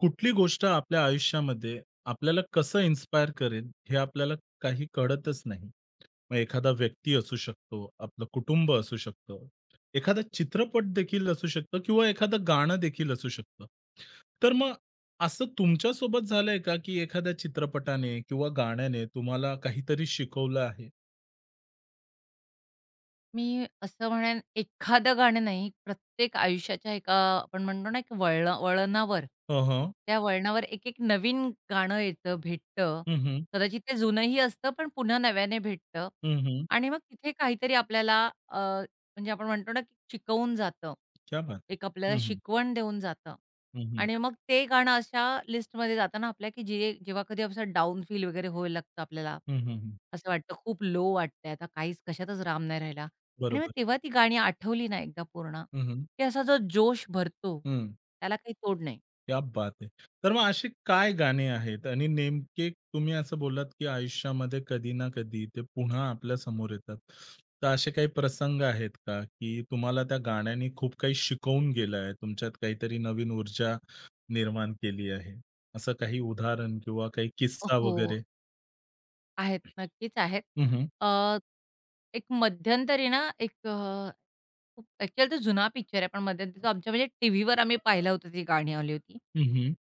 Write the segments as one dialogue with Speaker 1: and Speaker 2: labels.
Speaker 1: कुठली गोष्ट आपल्या आयुष्यामध्ये आपल्याला कसं इन्स्पायर करेल, हे आपल्याला काही कळतच नाही. मग एखादा व्यक्ती असू शकतो, आपलं कुटुंब असू शकतं, एखादा चित्रपट देखील असू शकतो किंवा एखादं गाणं देखील असू शकतं. तर मग असं तुमच्यासोबत झालंय का, की एखाद्या चित्रपटाने किंवा गाण्याने तुम्हाला काहीतरी शिकवलं आहे?
Speaker 2: मी असं म्हणेन एखादं गाणं नाही, प्रत्येक आयुष्याच्या एका आपण म्हणतो ना, एक वळण वळणावर,
Speaker 1: हं, हं.
Speaker 2: त्या वळणावर एक-एक नवीन गाणं येतं, भेटतं.
Speaker 1: हं,
Speaker 2: कदाचित ते जुनंही असतं, पण पुन्हा नव्याने भेटतं आणि मग तिथे काहीतरी आपल्याला अ, म्हणजे आपण म्हणतो ना, की शिकवून जातं.
Speaker 1: क्या बात है!
Speaker 2: एक आपल्याला
Speaker 1: हं, हं.
Speaker 2: शिकवण देऊन जातं
Speaker 1: हं, हं.
Speaker 2: आणि मग ते गाणं अशा लिस्टमध्ये जातं ना आपल्या, की जे जेव्हा कधी असं डाउन फील वगैरे व्हायला लागतं आपल्याला, असं वाटतं खूप लो वाटतंय, आता काहीच कशातच राम नाही राहिला. आणि मग
Speaker 1: बरोबर.
Speaker 2: तेव्हा ती गाणी आठवली ना एकदा पूर्ण,
Speaker 1: हं, हं.
Speaker 2: की असा जो जोश भरतो, त्याला काही तोड नाही.
Speaker 1: क्या बात है! तर मग असे काय गाणे आहेत आणि नेमके तुम्ही असं बोललात, की आयुष्यामध्ये कधी ना कधी ते पुन्हा आपल्या समोर येतात. तर असे काही प्रसंग आहेत का, की तुम्हाला त्या गाण्याने खूप काही शिकवून गेलं आहे, तुमच्यात काहीतरी नवीन ऊर्जा निर्माण केली आहे? असं काही उदाहरण किंवा काही किस्सा
Speaker 2: हो,
Speaker 1: वगैरे?
Speaker 2: आहेत. नक्कीच आहेत.
Speaker 1: हं, हं.
Speaker 2: अ, एक मध्यंतरी ना एक खूप ॲक्चुअली तो जुना पिक्चर आहे, पण मध्यंतरी तो आमच्या म्हणजे टीव्हीवर आम्ही पाहिलं होतं, ती गाणी आली होती.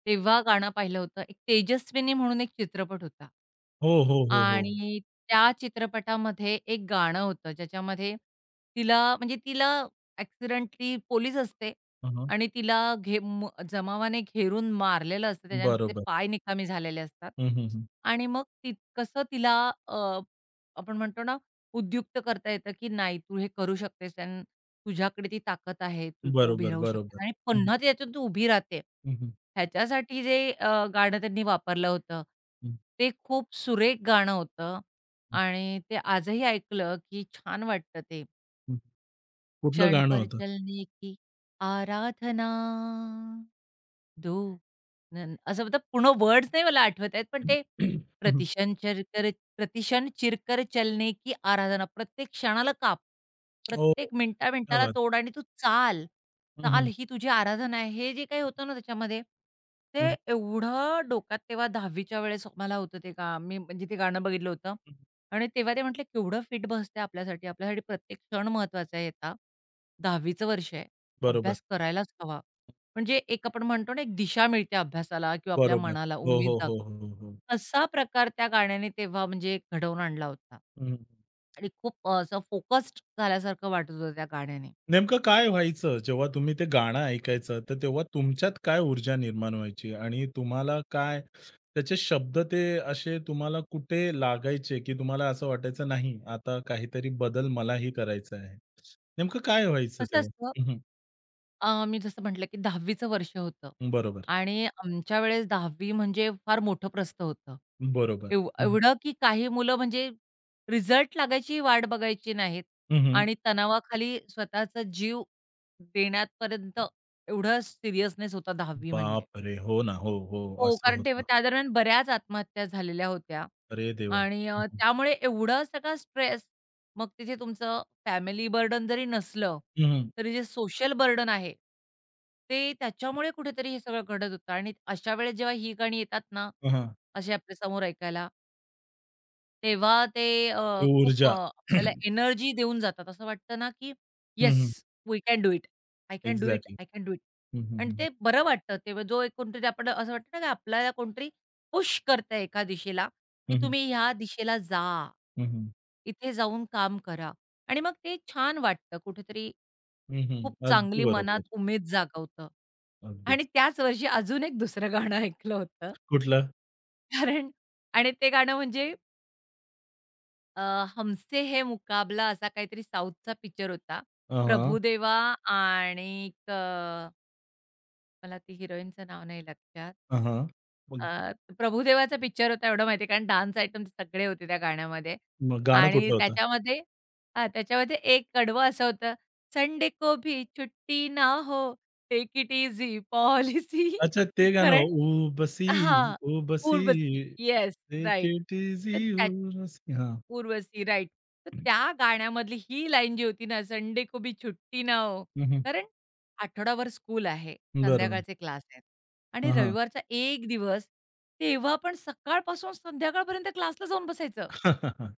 Speaker 2: तेव्हा गाणं पाहिलं होतं. एक तेजस्विनी म्हणून एक चित्रपट होता.
Speaker 1: हो, हो, हो, हो.
Speaker 2: आणि त्या चित्रपटामध्ये एक गाणं होतं, ज्याच्यामध्ये तिला ॲक्सिडेंटली पोलीस असते
Speaker 1: हं,
Speaker 2: आणि तिला घे म जमावाने घेरून मारलेलं असतं. त्याच्याने तिचे
Speaker 1: बरोबर.
Speaker 2: पाय निकामी झालेले असतात.
Speaker 1: हं, हं,
Speaker 2: आणि मग ती कसं तिला अ, आपण म्हणतो ना, उद्युक्त करता येतं, की नाही तू हे करू शकतेस आणि तुझ्याकडे ती ताकद आहे. तू तू उभी
Speaker 1: बरोबर,
Speaker 2: राहू
Speaker 1: बरोबर.
Speaker 2: शकते आणि
Speaker 1: हं, हं.
Speaker 2: पुन्हा ती त्याच्यातून तू उभी राहते.
Speaker 1: हं, हं.
Speaker 2: ह्याच्यासाठी जे गाणं त्यांनी वापरलं होतं, ते खूप सुरेख गाणं होतं आणि ते आजही ऐकलं, की छान वाटतं ते.
Speaker 1: कुठलं
Speaker 2: क्षण
Speaker 1: गाणं
Speaker 2: पर
Speaker 1: होतं?
Speaker 2: चलने की आराधना. धू न न- असं मतलब पूर्ण वर्ड्स नाही मला आठवत आहेत, पण ते प्रतिशन चिरकर प्रतिक्षण चिरकर चलने की आराधना." प्रत्येक क्षणाला काप,
Speaker 1: हो,
Speaker 2: प्रत्येक
Speaker 1: क्या
Speaker 2: मिनिटा-मिनिटाला
Speaker 1: बात!
Speaker 2: तोड आणि तू चाल,
Speaker 1: हं,
Speaker 2: चाल
Speaker 1: हं.
Speaker 2: ही तुझी आराधना आहे. हे जे काही होतं ना त्याच्यामध्ये, ते
Speaker 1: हं,
Speaker 2: एवढं डोक्यात तेव्हा 10वीच्या वेळेस मला होतं ते गाणं. मी म्हणजे ते गाणं बघितलं होतं
Speaker 1: हं.
Speaker 2: आणि तेव्हा ते म्हटले, "केवढं फिट बसतंय आपल्यासाठी. आपल्यासाठी प्रत्येक क्षण महत्त्वाचा आहे आता. 10वीचं वर्ष आहे.
Speaker 1: बरोबर,
Speaker 2: अभ्यास करायलाच हवा." म्हणजे एक आपण म्हणतो ना, एक दिशा मिळते अभ्यासाला किंवा आपल्या
Speaker 1: बरोबर.
Speaker 2: मनाला
Speaker 1: हो,
Speaker 2: उमेद
Speaker 1: हो,
Speaker 2: जाग
Speaker 1: हो, हो, हो.
Speaker 2: असा प्रकार त्या गाण्याने तेव्हा म्हणजे घडवून आणला होता
Speaker 1: हं,
Speaker 2: आणि खूप असं फोकस्ड झाल्यासारखं वाटत होतं त्या गाण्याने.
Speaker 1: नेमकं काय व्हायचं जेव्हा तुम्ही ते गाणं ऐकायचं, तर तेव्हा तुमच्यात काय ऊर्जा निर्माण व्हायची आणि तुम्हाला काय त्याचे शब्द ते असे तुम्हाला कुठे लागायचे, की तुम्हाला असं वाटायचं नाही आता काहीतरी बदल मलाही करायचा आहे? नेमकं काय व्हायचं
Speaker 2: कसं
Speaker 1: तेव्हा?
Speaker 2: असतं
Speaker 1: हं, हं.
Speaker 2: मी जसं म्हटलं, की 10वी वर्ष होतं
Speaker 1: बरोबर,
Speaker 2: आणि आमच्या वेळेस 10वी म्हणजे फार मोठं प्रस्थ होतं.
Speaker 1: बरोबर. हं, हं.
Speaker 2: एवढं की काही मुलं म्हणजे रिझल्ट लागायची वाट बघायची नाहीत
Speaker 1: हं,
Speaker 2: आणि तणावाखाली स्वतःचा जीव देण्यापर्यंत एवढा सीरियसनेस होता 10वी म्हणजे.
Speaker 1: बापरे! हो ना. हो, हो.
Speaker 2: हो,
Speaker 1: असं
Speaker 2: कारण
Speaker 1: होतं.
Speaker 2: तेव्हा त्या दरम्यान बऱ्याच आत्महत्या झालेल्या होत्या
Speaker 1: अरे देवा!
Speaker 2: आणि
Speaker 1: हं, हं.
Speaker 2: त्यामुळे एवढा सगळा स्ट्रेस, मग तिथे तुमचं फॅमिली बर्डन जरी नसलं,
Speaker 1: हं, हं.
Speaker 2: तरी जे सोशल बर्डन आहे, ते त्याच्यामुळे कुठेतरी हे सगळं घडत होतं आणि अशा वेळेस जेव्हा ही गाणी येतात ना,
Speaker 1: हां.
Speaker 2: असे आपल्यासमोर ऐकायला, तेव्हा ते अ,
Speaker 1: ती
Speaker 2: खूप
Speaker 1: ऊर्जा.
Speaker 2: आपल्याला एनर्जी देऊन जातात. असं वाटतं ना, की
Speaker 1: हं,
Speaker 2: "येस,
Speaker 1: हं.
Speaker 2: We can do it. I can do it.
Speaker 1: Exactly.
Speaker 2: I can do it."
Speaker 1: हं, हं,
Speaker 2: आणि
Speaker 1: हं,
Speaker 2: ते बरं वाटतं. तेव्हा जो एक कोणतरी आपण असं वाटतं ना, की आपल्याला कोणतरी पुश करतंय एका दिशेला, की
Speaker 1: हं, हं,
Speaker 2: तुम्ही ह्या दिशेला जा.
Speaker 1: हं, हं,
Speaker 2: इथे जाऊन काम करा. आणि मग ते छान वाटतं कुठेतरी.
Speaker 1: हं, हं.
Speaker 2: खूप
Speaker 1: अगदी
Speaker 2: चांगली मनात
Speaker 1: बरोबर.
Speaker 2: उमेद जागवतं. आणि
Speaker 1: अगदीच.
Speaker 2: त्याच वर्षी अजून एक दुसरं गाणं ऐकलं होतं.
Speaker 1: कुठलं?
Speaker 2: कारण आणि ते गाणं म्हणजे अ, हमसे हे मुकाबला असा काहीतरी साऊथचा पिक्चर होता.
Speaker 1: हां, हां.
Speaker 2: प्रभुदेवा आणिक मला ती हिरोईनचं नाव नाही लक्षात.
Speaker 1: हां, हां. मग
Speaker 2: अ, प्रभुदेवाचा पिक्चर होता एवढं माहिती आहे कारण डान्स आयटम सगळे होते त्या गाण्यामध्ये
Speaker 1: मग गाणं
Speaker 2: आणि
Speaker 1: कुठलं होतं?
Speaker 2: त्याच्यामध्ये हां, त्याच्यामध्ये एक कडवं असं होतं, संडे को भी छुट्टी ना हो, टेक इट ईझी पॉलिसी
Speaker 1: अच्छा ते गाणं
Speaker 2: कारण
Speaker 1: उबसी,
Speaker 2: हां,
Speaker 1: उबसी
Speaker 2: Urvashi. Yes,
Speaker 1: take
Speaker 2: right.
Speaker 1: It easy
Speaker 2: तर त्या
Speaker 1: उबसी. हां.
Speaker 2: उर्वशी, राइट. तर त्या गाण्यामधली ही लाईन जी होती ना, संडे को भी छुट्टी ना हो.
Speaker 1: हं, हं.
Speaker 2: कारण आठवडाभर स्कूल आहे,
Speaker 1: बरोबर.
Speaker 2: संध्याकाळचे क्लास आहेत आणि
Speaker 1: हां, हां.
Speaker 2: रविवारचा एक दिवस, तेव्हा पण सकाळपासून संध्याकाळपर्यंत क्लासला जाऊन बसायचं.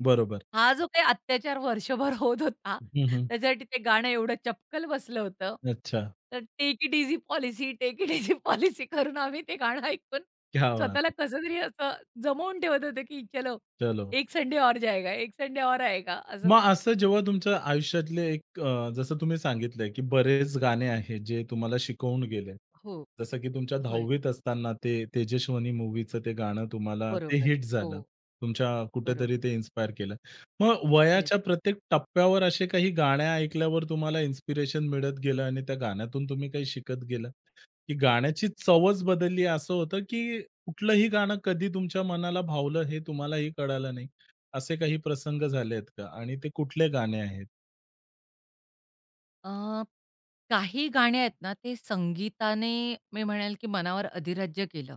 Speaker 1: बरोबर.
Speaker 2: हा जो काही अत्याचार वर्षभर होत होता,
Speaker 1: हं, हं.
Speaker 2: त्याच्यासाठी ते गाणं एवढं चपकल बसलं होतं.
Speaker 1: अच्छा.
Speaker 2: तर take it easy policy, take it easy policy करून आम्ही ते गाणं ऐकून
Speaker 1: क्या बात
Speaker 2: स्वतःला
Speaker 1: है!
Speaker 2: कसंतरी असं जमवून ठेवत होतो, की चलो
Speaker 1: चलो.
Speaker 2: एक संडे और जाएगा, एक संडे और आएगा असं.
Speaker 1: मग असं जेव्हा तुमच्या आयुष्यातले एक जसं तुम्ही सांगितलंय, की बरेच गाणे आहेत जे तुम्हाला शिकवून गेले.
Speaker 2: हो,
Speaker 1: जसं की तुमच्या
Speaker 2: होय.
Speaker 1: 10वीत असताना ते तेजस्विनी मूव्हीचं ते गाणं तुम्हाला ते
Speaker 2: बरोबर.
Speaker 1: हिट
Speaker 2: हो,
Speaker 1: झालं. तुमच्या कुठेतरी
Speaker 2: बरोबर.
Speaker 1: ते इन्स्पायर केलं. मग वयाच्या
Speaker 2: येस.
Speaker 1: प्रत्येक टप्प्यावर असे काही गाणे ऐकल्यावर तुम्हाला इन्स्पिरेशन मिळत गेलं आणि त्या गाण्यातून तुम्ही काही शिकत गेलात, की गाण्याची चवच बदलली असं होतं, की कुठलंही गाणं कधी तुमच्या मनाला भावलं हे तुम्हालाही कळालं नाही? असे काही प्रसंग झालेत का? आणि ते कुठले गाणे आहेत?
Speaker 2: अ, काही गाणी आहेत ना, ते संगीताने मी म्हणेल, की मनावर अधिराज्य केलं.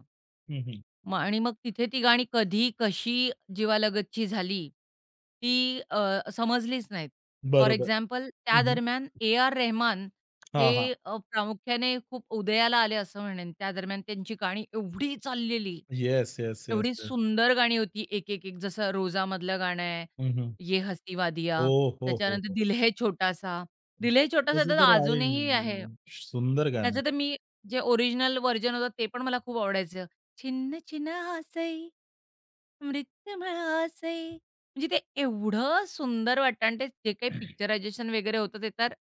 Speaker 1: हं, हं.
Speaker 2: आणि मग तिथे ती गाणी कधी, कशी जीवालगतची झाली, ती समजलीच नाहीत. फॉर
Speaker 1: बरोबर.
Speaker 2: एक्झाम्पल त्या
Speaker 1: हं, हं.
Speaker 2: दरम्यान ए.आर. रेहमान हे
Speaker 1: हां, हां.
Speaker 2: प्रामुख्याने खूप उदयाला आले असं म्हणेन. त्या दरम्यान त्यांची गाणी एवढी चाललेली.
Speaker 1: येस, येस, येस,
Speaker 2: एवढी
Speaker 1: येस.
Speaker 2: सुंदर गाणी होती एक जसं रोजामधलं गाणं आहे,
Speaker 1: हं, हं.
Speaker 2: ये हसी
Speaker 1: हो,
Speaker 2: वादियाँ,
Speaker 1: हो, हो,
Speaker 2: त्याच्यानंतर
Speaker 1: हो.
Speaker 2: दिल है छोटासा.
Speaker 1: हं.
Speaker 2: दिल है छोटासा
Speaker 1: तसं
Speaker 2: तर
Speaker 1: तर आहे.
Speaker 2: अजूनही आहे.
Speaker 1: सुंदर गाणं आहे.
Speaker 2: त्याचं तर मी जे ओरिजिनल व्हर्जन होतं ते पण मला खूप आवडायचं. छिन्न छिन्न हासै, मृत्युमय हासै. म्हणजे ते एवढं सुंदर वाटतं आणि ते जे काही पिक्चरायझेशन वगैरे होतं ते तर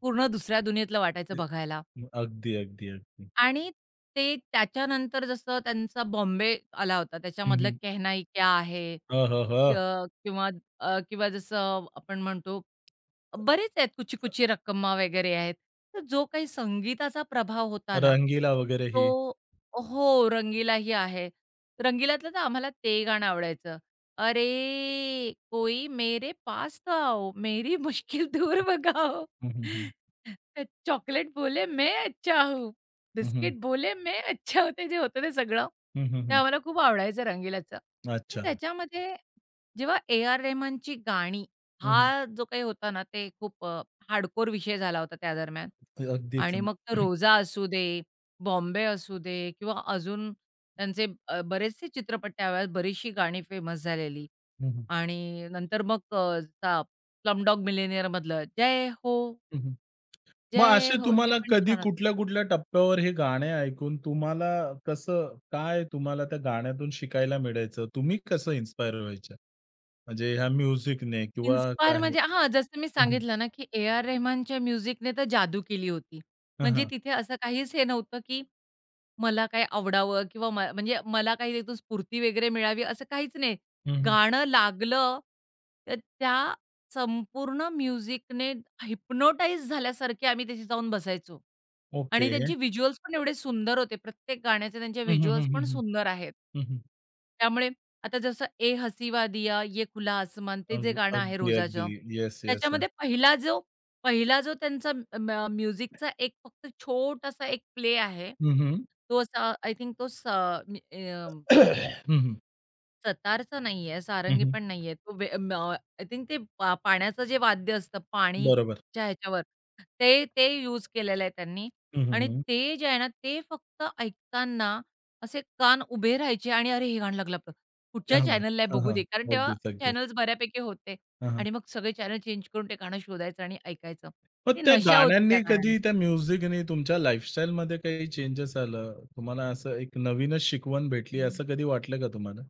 Speaker 2: पूर्ण दुसऱ्या दुनियेतलं वाटायचं बघायला.
Speaker 1: अगदी, अगदी, अगदी.
Speaker 2: आणि ते त्याच्यानंतर जसं त्यांचा बॉम्बे आला होता,
Speaker 1: हं,
Speaker 2: त्याच्यामधलं
Speaker 1: हं.
Speaker 2: "कहना ही क्या है"
Speaker 1: हं, हं,
Speaker 2: अ,
Speaker 1: हं.
Speaker 2: किंवा किंवा जसं आपण म्हणतो बरेच आहेत कुची-कुची रक्कम्मा वगैरे आहेत. तर जो काही संगीताचा प्रभाव होता ना,
Speaker 1: रंगीला वगैरे ही.
Speaker 2: तो हो, रंगीला ही आहे. रंगीलातलं तर आम्हाला ते गाणं आवडायचं. अरे, कोई मेरे पास तो आओ, मेरी मुश्किल दूर भगाओ.
Speaker 1: हं, हं, हं.
Speaker 2: चॉकलेट बोले मैं अच्छा हूँ,
Speaker 1: हं, हं.
Speaker 2: बिस्किट बोले मैं अच्छा हूँ. जे होतं ते सगळं,
Speaker 1: हं, हं,
Speaker 2: ते
Speaker 1: हं.
Speaker 2: आम्हाला खूप आवडायचं रंगीलाचं. तर
Speaker 1: अच्छा.
Speaker 2: त्याच्यामध्ये जेव्हा ए. आर. रेहमानची गाणी
Speaker 1: हं, हं.
Speaker 2: हा जो काही होता ना, ते खूप हार्डकोर विषय झाला होता त्या दरम्यान.
Speaker 1: अगदीच
Speaker 2: आणि
Speaker 1: ना.
Speaker 2: मग तो रोजा असू दे, बॉम्बे असू दे किंवा अजून त्यांचे बरेचसे चित्रपट त्यावेळेस बरीचशी गाणी फेमस झालेली.
Speaker 1: हं, हं.
Speaker 2: आणि नंतर मग अ, ता स्लमडॉग मिलेनियर मधलं जय हो,
Speaker 1: हं, हं. मग
Speaker 2: जय
Speaker 1: असे
Speaker 2: हो ते
Speaker 1: तुम्हाला
Speaker 2: पण
Speaker 1: कधी
Speaker 2: छान होतं.
Speaker 1: कुठल्या-कुठल्या टप्प्यावर हे गाणे ऐकून तुम्हाला कसं काय तुम्हाला त्या गाण्यातून शिकायला मिळायचं? तुम्ही कसं इन्स्पायर व्हायच्या? म्हणजे ह्या म्युझिकने किंवा
Speaker 2: इन्स्पायर
Speaker 1: काय?
Speaker 2: म्हणजे हां, जसं मी
Speaker 1: हम्म, हं, हं.
Speaker 2: सांगितलं ना, की ए आर रेहमानच्या म्युझिकने तर जादू केली होती. म्हणजे तिथे असं काहीच हे नव्हतं, की मला काय आवडावं किंवा म्हणजे मला काही त्यातून स्फूर्ती वगैरे मिळावी असं काहीच नाही.
Speaker 1: हं, हं.
Speaker 2: गाणं लागलं, तर त्या संपूर्ण म्युझिकने हिप्नोटाईज झाल्यासारखे आम्ही त्याची जाऊन बसायचो.
Speaker 1: ओके.
Speaker 2: आणि त्यांचे व्हिज्युअल्स पण एवढे सुंदर होते. प्रत्येक गाण्याचे त्यांचे
Speaker 1: हं, हं, हं,
Speaker 2: व्हिज्युअल्स पण
Speaker 1: हं,
Speaker 2: सुंदर आहेत.
Speaker 1: हं. हं,
Speaker 2: त्यामुळे आता जसं "ए हसीवा दिया, ये खुला आसमान" ते
Speaker 1: अग
Speaker 2: जे गाणं आहे
Speaker 1: अगदी, अगदी.
Speaker 2: रोजाचं,
Speaker 1: येस, येस, येस.
Speaker 2: त्याच्यामध्ये पहिला जो त्यांचा म्युझिकचा एक फक्त छोटासा एक प्ले आहे.
Speaker 1: हं, हं.
Speaker 2: तो असा आय थिंक तो स मी अ,
Speaker 1: हं, हं.
Speaker 2: सतारचा नाहीये,
Speaker 1: हं,
Speaker 2: सारंगी
Speaker 1: हं.
Speaker 2: पण नाहीये. तो वे म आय थिंक ते पाण्याचं जे वाद्य असतं,
Speaker 1: बरोबर.
Speaker 2: पाणीच्या ह्याच्यावर ते ते यूज केलेलं आहे त्यांनी
Speaker 1: हं, हं,
Speaker 2: आणि
Speaker 1: हं.
Speaker 2: ते जे आहे ना, ते फक्त ऐकताना असे कान उभे राहायचे आणि "अरे, हे गाणं लागलं आपलं.
Speaker 1: क्या
Speaker 2: कुठच्या
Speaker 1: बात!
Speaker 2: चॅनलला आहे
Speaker 1: हां,
Speaker 2: बघू
Speaker 1: हां.
Speaker 2: दे." कारण तेव्हा
Speaker 1: अगदीच, अगदीच.
Speaker 2: चॅनल्स बऱ्यापैकी होते
Speaker 1: हां, हां.
Speaker 2: आणि मग सगळे चॅनल चेंज करून ते गाणं शोधायचं आणि ऐकायचं.
Speaker 1: मग
Speaker 2: ती
Speaker 1: त्या
Speaker 2: नशा होती त्या
Speaker 1: गाण्यांनी
Speaker 2: गाण्यांची.
Speaker 1: कधी त्या म्युझिकनी तुमच्या लाईफस्टाईलमध्ये काही चेंजेस आलं? तुम्हाला असं एक नवीनच शिकवण भेटली असं कधी वाटलं का तुम्हाला?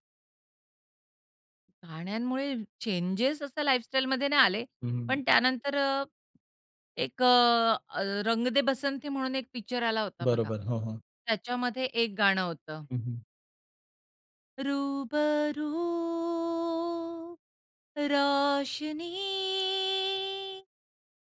Speaker 2: गाण्यांमुळे चेंजेस असं लाईफस्टाईलमध्ये नाही आले.
Speaker 1: हं,
Speaker 2: पण त्यानंतर अ, एक अ, अ, रंग दे बसंती म्हणून एक पिक्चर आला होता बघा.
Speaker 1: बरोबर. हो, हो.
Speaker 2: त्याच्यामध्ये एक गाणं होतं.
Speaker 1: हं,
Speaker 2: रूबरू रोशनी.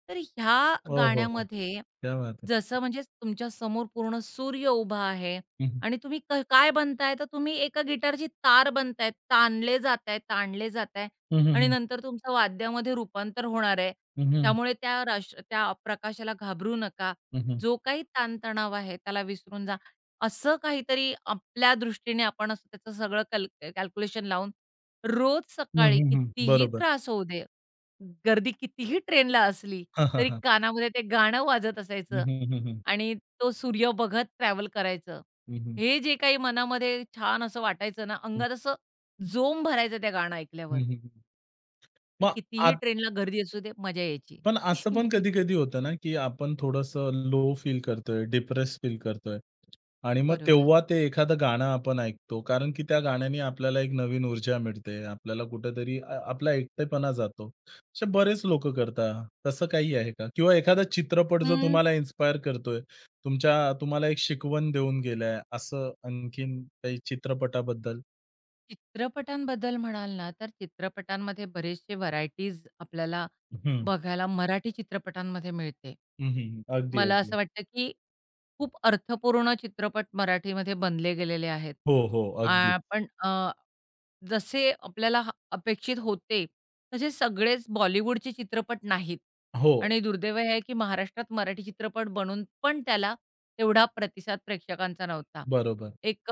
Speaker 2: तर ह्या
Speaker 1: हो, हो, हो.
Speaker 2: गाण्यामध्ये
Speaker 1: क्या बात है!
Speaker 2: जसं म्हणजे तुमच्या समोर पूर्ण सूर्य उभा आहे
Speaker 1: हं, हं.
Speaker 2: आणि तुम्ही काय बनताय? तर तुम्ही एका गिटारची तार बनताय, ताणले जाताय
Speaker 1: हं, हं,
Speaker 2: आणि
Speaker 1: हं.
Speaker 2: नंतर तुमचं वाद्यामध्ये रूपांतर होणार आहे.
Speaker 1: हं, हं.
Speaker 2: त्यामुळे त्या प्रकाशाला घाबरू नका.
Speaker 1: हं, हं.
Speaker 2: जो काही ताणतणाव आहे त्याला विसरून जा. असं काहीतरी आपल्या दृष्टीने आपण असं त्याचं सगळं कॅल्क्युलेशन लावून रोज सकाळी कितीही
Speaker 1: बरोबर.
Speaker 2: त्रास होऊ दे, गर्दी कितीही ट्रेनला असली,
Speaker 1: हां, हां,
Speaker 2: तरी
Speaker 1: हां.
Speaker 2: कानामध्ये ते गाणं वाजत
Speaker 1: हं,
Speaker 2: असायचं
Speaker 1: हं, हं, हं.
Speaker 2: आणि तो सूर्य बघत ट्रॅव्हल करायचं.
Speaker 1: हं, हं.
Speaker 2: हे जे काही मनामध्ये छान असं वाटायचं ना, अंगात असं जोम भरायचं त्या गाणं ऐकल्यावर,
Speaker 1: हं,
Speaker 2: की
Speaker 1: मग
Speaker 2: कितीही ट्रेनला गर्दी असू दे, मजा यायची.
Speaker 1: पण असं पण कधी-कधी होतं ना, की आपण थोडंसं लो फील करतोय, डिप्रेस फील करतोय आणि मग तेव्हा
Speaker 2: बरोबर.
Speaker 1: ते एखादं गाणं आपण ऐकतो. कारण की त्या गाण्याने आपल्याला एक नवीन ऊर्जा मिळते. आपल्याला कुठेतरी आपला एकटेपणा जातो. असे बरेच लोक करता तसं काही आहे का? किंवा एखादा चित्रपट जो तुम्हाला इन्स्पायर करतोय, तुमच्या तुम्हाला एक शिकवण देऊन गेलाय, असं आणखीन काही चित्रपटाबद्दल?
Speaker 2: चित्रपटांबद्दल म्हणाल ना, तर चित्रपटांमध्ये बरेचसे व्हरायटीज आपल्याला
Speaker 1: हं.
Speaker 2: बघायला मराठी चित्रपटांमध्ये मिळते.
Speaker 1: हं, हं. अगदी,
Speaker 2: मला
Speaker 1: अगदी.
Speaker 2: असं वाटतं, की खूप अर्थपूर्ण चित्रपट मराठीमध्ये बनले गेलेले आहेत.
Speaker 1: हो, हो. अगदी.
Speaker 2: पण जसे आपल्याला अपेक्षित होते, तसे सगळेच बॉलिवूडचे चित्रपट नाहीत.
Speaker 1: हो,
Speaker 2: आणि दुर्दैव हे आहे, की महाराष्ट्रात मराठी चित्रपट बनून पण त्याला तेवढा प्रतिसाद प्रेक्षकांचा नव्हता.
Speaker 1: बरोबर.
Speaker 2: एक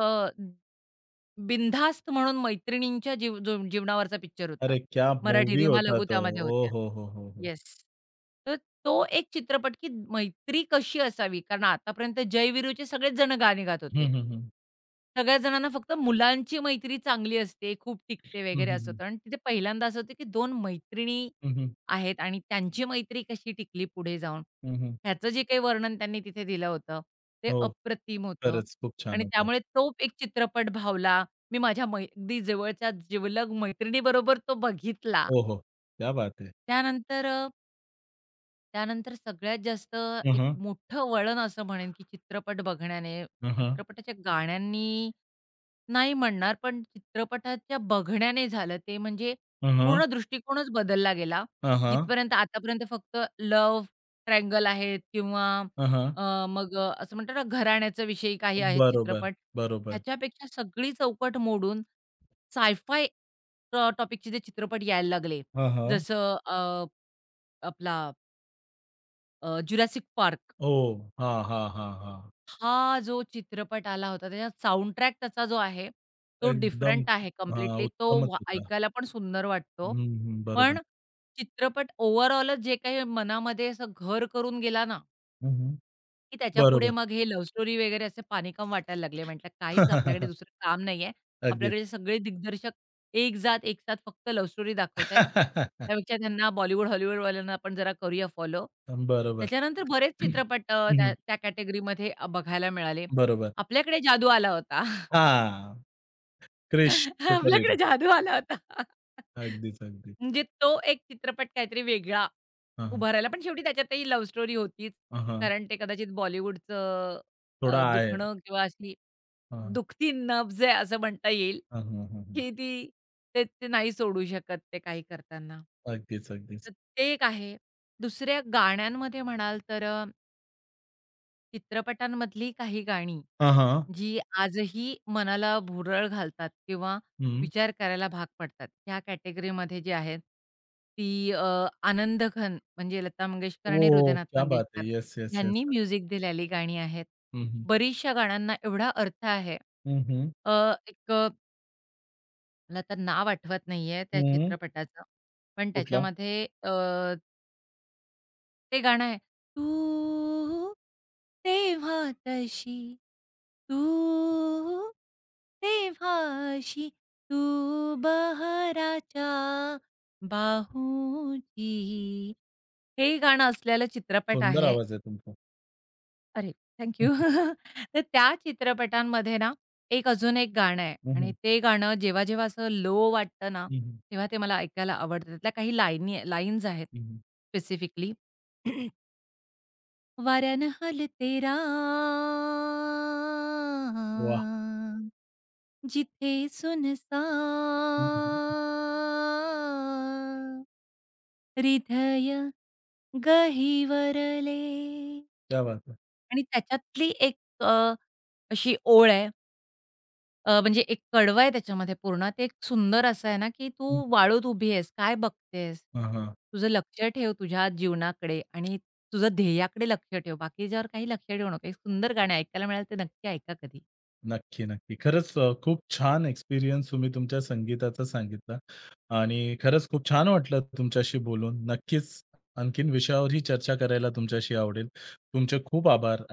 Speaker 2: बिनधास्त म्हणून मैत्रिणींच्या जीव जीव जीवनावरचा पिक्चर होता.
Speaker 1: अरे क्या
Speaker 2: मराठी
Speaker 1: मूवी
Speaker 2: रीमा
Speaker 1: होता
Speaker 2: लागू
Speaker 1: तो.
Speaker 2: त्यामध्ये
Speaker 1: ओ
Speaker 2: होत्या.
Speaker 1: हो, हो, हो, हो.
Speaker 2: येस. तर तो एक चित्रपट, की मैत्री कशी असावी? कारण आतापर्यंत जय वीरूचे सगळेच जण गाणी गात होते.
Speaker 1: हं, हं, हं.
Speaker 2: सगळ्या जणांना फक्त मुलांची मैत्री चांगली असते, खूप टिकते
Speaker 1: हं,
Speaker 2: वगैरे
Speaker 1: हं,
Speaker 2: असं
Speaker 1: हं.
Speaker 2: होतं आणि तिथे पहिल्यांदा असं होतं, की 2 मैत्रिणी
Speaker 1: हं, हं.
Speaker 2: आहेत आणि त्यांची मैत्री कशी टिकली पुढे जाऊन.
Speaker 1: हं, हं.
Speaker 2: ह्याचं जे काही वर्णन त्यांनी तिथे दिलं होतं, ते
Speaker 1: हो,
Speaker 2: अप्रतिम होतं
Speaker 1: खरंच खूप छान
Speaker 2: आणि
Speaker 1: होता.
Speaker 2: त्यामुळे तो एक चित्रपट भावला. मी माझ्या अगदी जवळच्या जिवलग मैत्रिणीबरोबर तो बघितला.
Speaker 1: हो, हो. क्या बात है!
Speaker 2: त्यानंतर त्यानंतर सगळ्यात जास्त
Speaker 1: हं,
Speaker 2: एक
Speaker 1: हं.
Speaker 2: मोठं वळण असं म्हणेन, की चित्रपट बघण्याने,
Speaker 1: हं, हं.
Speaker 2: चित्रपटाच्या गाण्यांनी नाही म्हणणार, पण चित्रपटाच्या बघण्याने झालं ते म्हणजे
Speaker 1: हं, हं.
Speaker 2: पूर्ण दृष्टिकोनच बदलला गेला.
Speaker 1: हं, हं.
Speaker 2: जिथपर्यंत आतापर्यंत फक्त लव्ह ट्रायंगल आहेत किंवा
Speaker 1: हं, हं.
Speaker 2: अ, मग असं म्हणतात ना, घराण्याच्या विषयी काही आहेत
Speaker 1: बरोबर,
Speaker 2: चित्रपट.
Speaker 1: बरोबर.
Speaker 2: ह्याच्यापेक्षा सगळी चौकट मोडून साय टॉपिकचे जे चित्रपट यायला लागले.
Speaker 1: हां, हां.
Speaker 2: जसं आपला जुरासिक पार्क
Speaker 1: हो. हां, हां, हां, हां.
Speaker 2: हा जो चित्रपट आला होता त्याच्यात साउंडट्रॅक त्याचा जो आहे, तो
Speaker 1: एकदम
Speaker 2: डिफरंट आहे
Speaker 1: हां,
Speaker 2: कंप्लीटली. तो
Speaker 1: उत्तमच
Speaker 2: वा
Speaker 1: होता.
Speaker 2: ऐकायला पण सुंदर वाटतो.
Speaker 1: हं, हं. बरोबर.
Speaker 2: पण चित्रपट ओव्हरऑलच जे काही मनामध्ये असं घर करून गेला ना
Speaker 1: हं, हं.
Speaker 2: की त्याच्यापुढे
Speaker 1: बरोबर.
Speaker 2: मग हे लव्ह स्टोरी वगैरे असे पाणीकाम वाटायला लागले. म्हटलं काहीच आपल्याकडे दुसरं काम नाहीये.
Speaker 1: अगदीच.
Speaker 2: आपल्याकडे सगळे दिग्दर्शक एक जात, एक साथ फक्त लव्ह स्टोरी दाखवतायत. त्यापेक्षा त्यांना बॉलिवूड, हॉलिवूडवाल्यांना आपण जरा करूया फॉलो.
Speaker 1: बरोबर.
Speaker 2: त्याच्यानंतर बरेच चित्रपट
Speaker 1: हं,
Speaker 2: त्या
Speaker 1: हं.
Speaker 2: त्या कॅटेगरीमध्ये बघायला मिळाले.
Speaker 1: बरोबर.
Speaker 2: आपल्याकडे जादू आला होता.
Speaker 1: हां, क्रिश
Speaker 2: आपल्याकडे
Speaker 1: सुपरहीरो.
Speaker 2: जादू आला होता.
Speaker 1: अगदीच, अगदीच.
Speaker 2: म्हणजे तो एक चित्रपट काहीतरी वेगळा
Speaker 1: हां, हां.
Speaker 2: उभारायला. पण शेवटी त्याच्यातही लव्ह स्टोरी होतीच.
Speaker 1: हां, हां.
Speaker 2: कारण ते कदाचित बॉलिवूडचं
Speaker 1: थोडा आहे.
Speaker 2: दुखणं किंवा अशी
Speaker 1: हां,
Speaker 2: दुखती नब्ज आहे असं म्हणता येईल,
Speaker 1: हां, हां, हां, हां.
Speaker 2: की ती ते ते नाही सोडू शकत ते काही करताना.
Speaker 1: अगदीच, अगदीच.
Speaker 2: तर ते एक आहे. दुसऱ्या गाण्यांमध्ये म्हणाल तर चित्रपटांमधली काही गाणी
Speaker 1: हां, हां.
Speaker 2: जी आजही मनाला भुरळ घालतात किंवा
Speaker 1: हं.
Speaker 2: विचार करायला भाग पडतात. ह्या कॅटेगरीमध्ये जी आहेत, ती आनंदघन म्हणजे लता मंगेशकर आणि
Speaker 1: ओह!
Speaker 2: हृदयनाथ
Speaker 1: क्या बात है!
Speaker 2: मंगेशकर
Speaker 1: येस, येस, येस,
Speaker 2: ह्यांनी
Speaker 1: येस.
Speaker 2: म्युझिक दिलेली गाणी आहेत.
Speaker 1: हं, हं.
Speaker 2: बरीचशा गाण्यांना एवढा अर्थ आहे.
Speaker 1: हं, हं.
Speaker 2: अ, एक मला आता नाव आठवत नाहीये त्या
Speaker 1: हं.
Speaker 2: चित्रपटाचं, पण
Speaker 1: कुठला?
Speaker 2: त्याच्यामध्ये ते गाणं आहे. तू तेव्हा तशी, तू तेव्हा अशी, तू बहराच्या बाहूची. हे गाणं असलेला चित्रपट
Speaker 1: सुंदर
Speaker 2: आहे.
Speaker 1: आवाज आहे तुमचा.
Speaker 2: अरे, थँक
Speaker 1: हं,
Speaker 2: यू.
Speaker 1: हं.
Speaker 2: तर त्या चित्रपटांमध्ये ना, एक अजून एक गाणं आहे
Speaker 1: हं,
Speaker 2: आणि
Speaker 1: हं.
Speaker 2: ते गाणं जेव्हा-जेव्हा असं लो वाटतं ना,
Speaker 1: हं, हं.
Speaker 2: तेव्हा ते मला ऐकायला आवडतं. त्यातल्या काही लाईन्स आहेत
Speaker 1: हं, हं.
Speaker 2: स्पेसिफिकली. वाऱ्यानं हलते
Speaker 1: वाह!
Speaker 2: रान, जिथे
Speaker 1: हं, हं.
Speaker 2: सुनसान हृदय गहिवरले
Speaker 1: क्या बात है!
Speaker 2: आणि त्याच्यातली एक अ, अशी ओळ आहे म्हणजे एक कडवं आहे त्याच्यामध्ये पूर्ण. ते एक सुंदर असं आहे ना, की तू
Speaker 1: हं.
Speaker 2: वाळूत उभी आहेस, काय बघतेस?
Speaker 1: हां, हां.
Speaker 2: तुझं लक्ष ठेव तुझ्या जीवनाकडे आणि तुझं ध्येयाकडे लक्ष ठेव. बाकीच्यावर काही लक्ष ठेवू नको. एक सुंदर गाणं आहे. ऐकायला मिळालं तर नक्की ऐका कधी.
Speaker 1: नक्की, नक्की. खरंच खूप छान एक्सपिरियन्स तुम्ही तुमच्या संगीताचा सांगितला आणि खरंच खूप छान वाटलं तुमच्याशी बोलून. नक्कीच आणखीन विषयावरही चर्चा करायला तुमच्याशी आवडेल. तुमचे खूप आभार.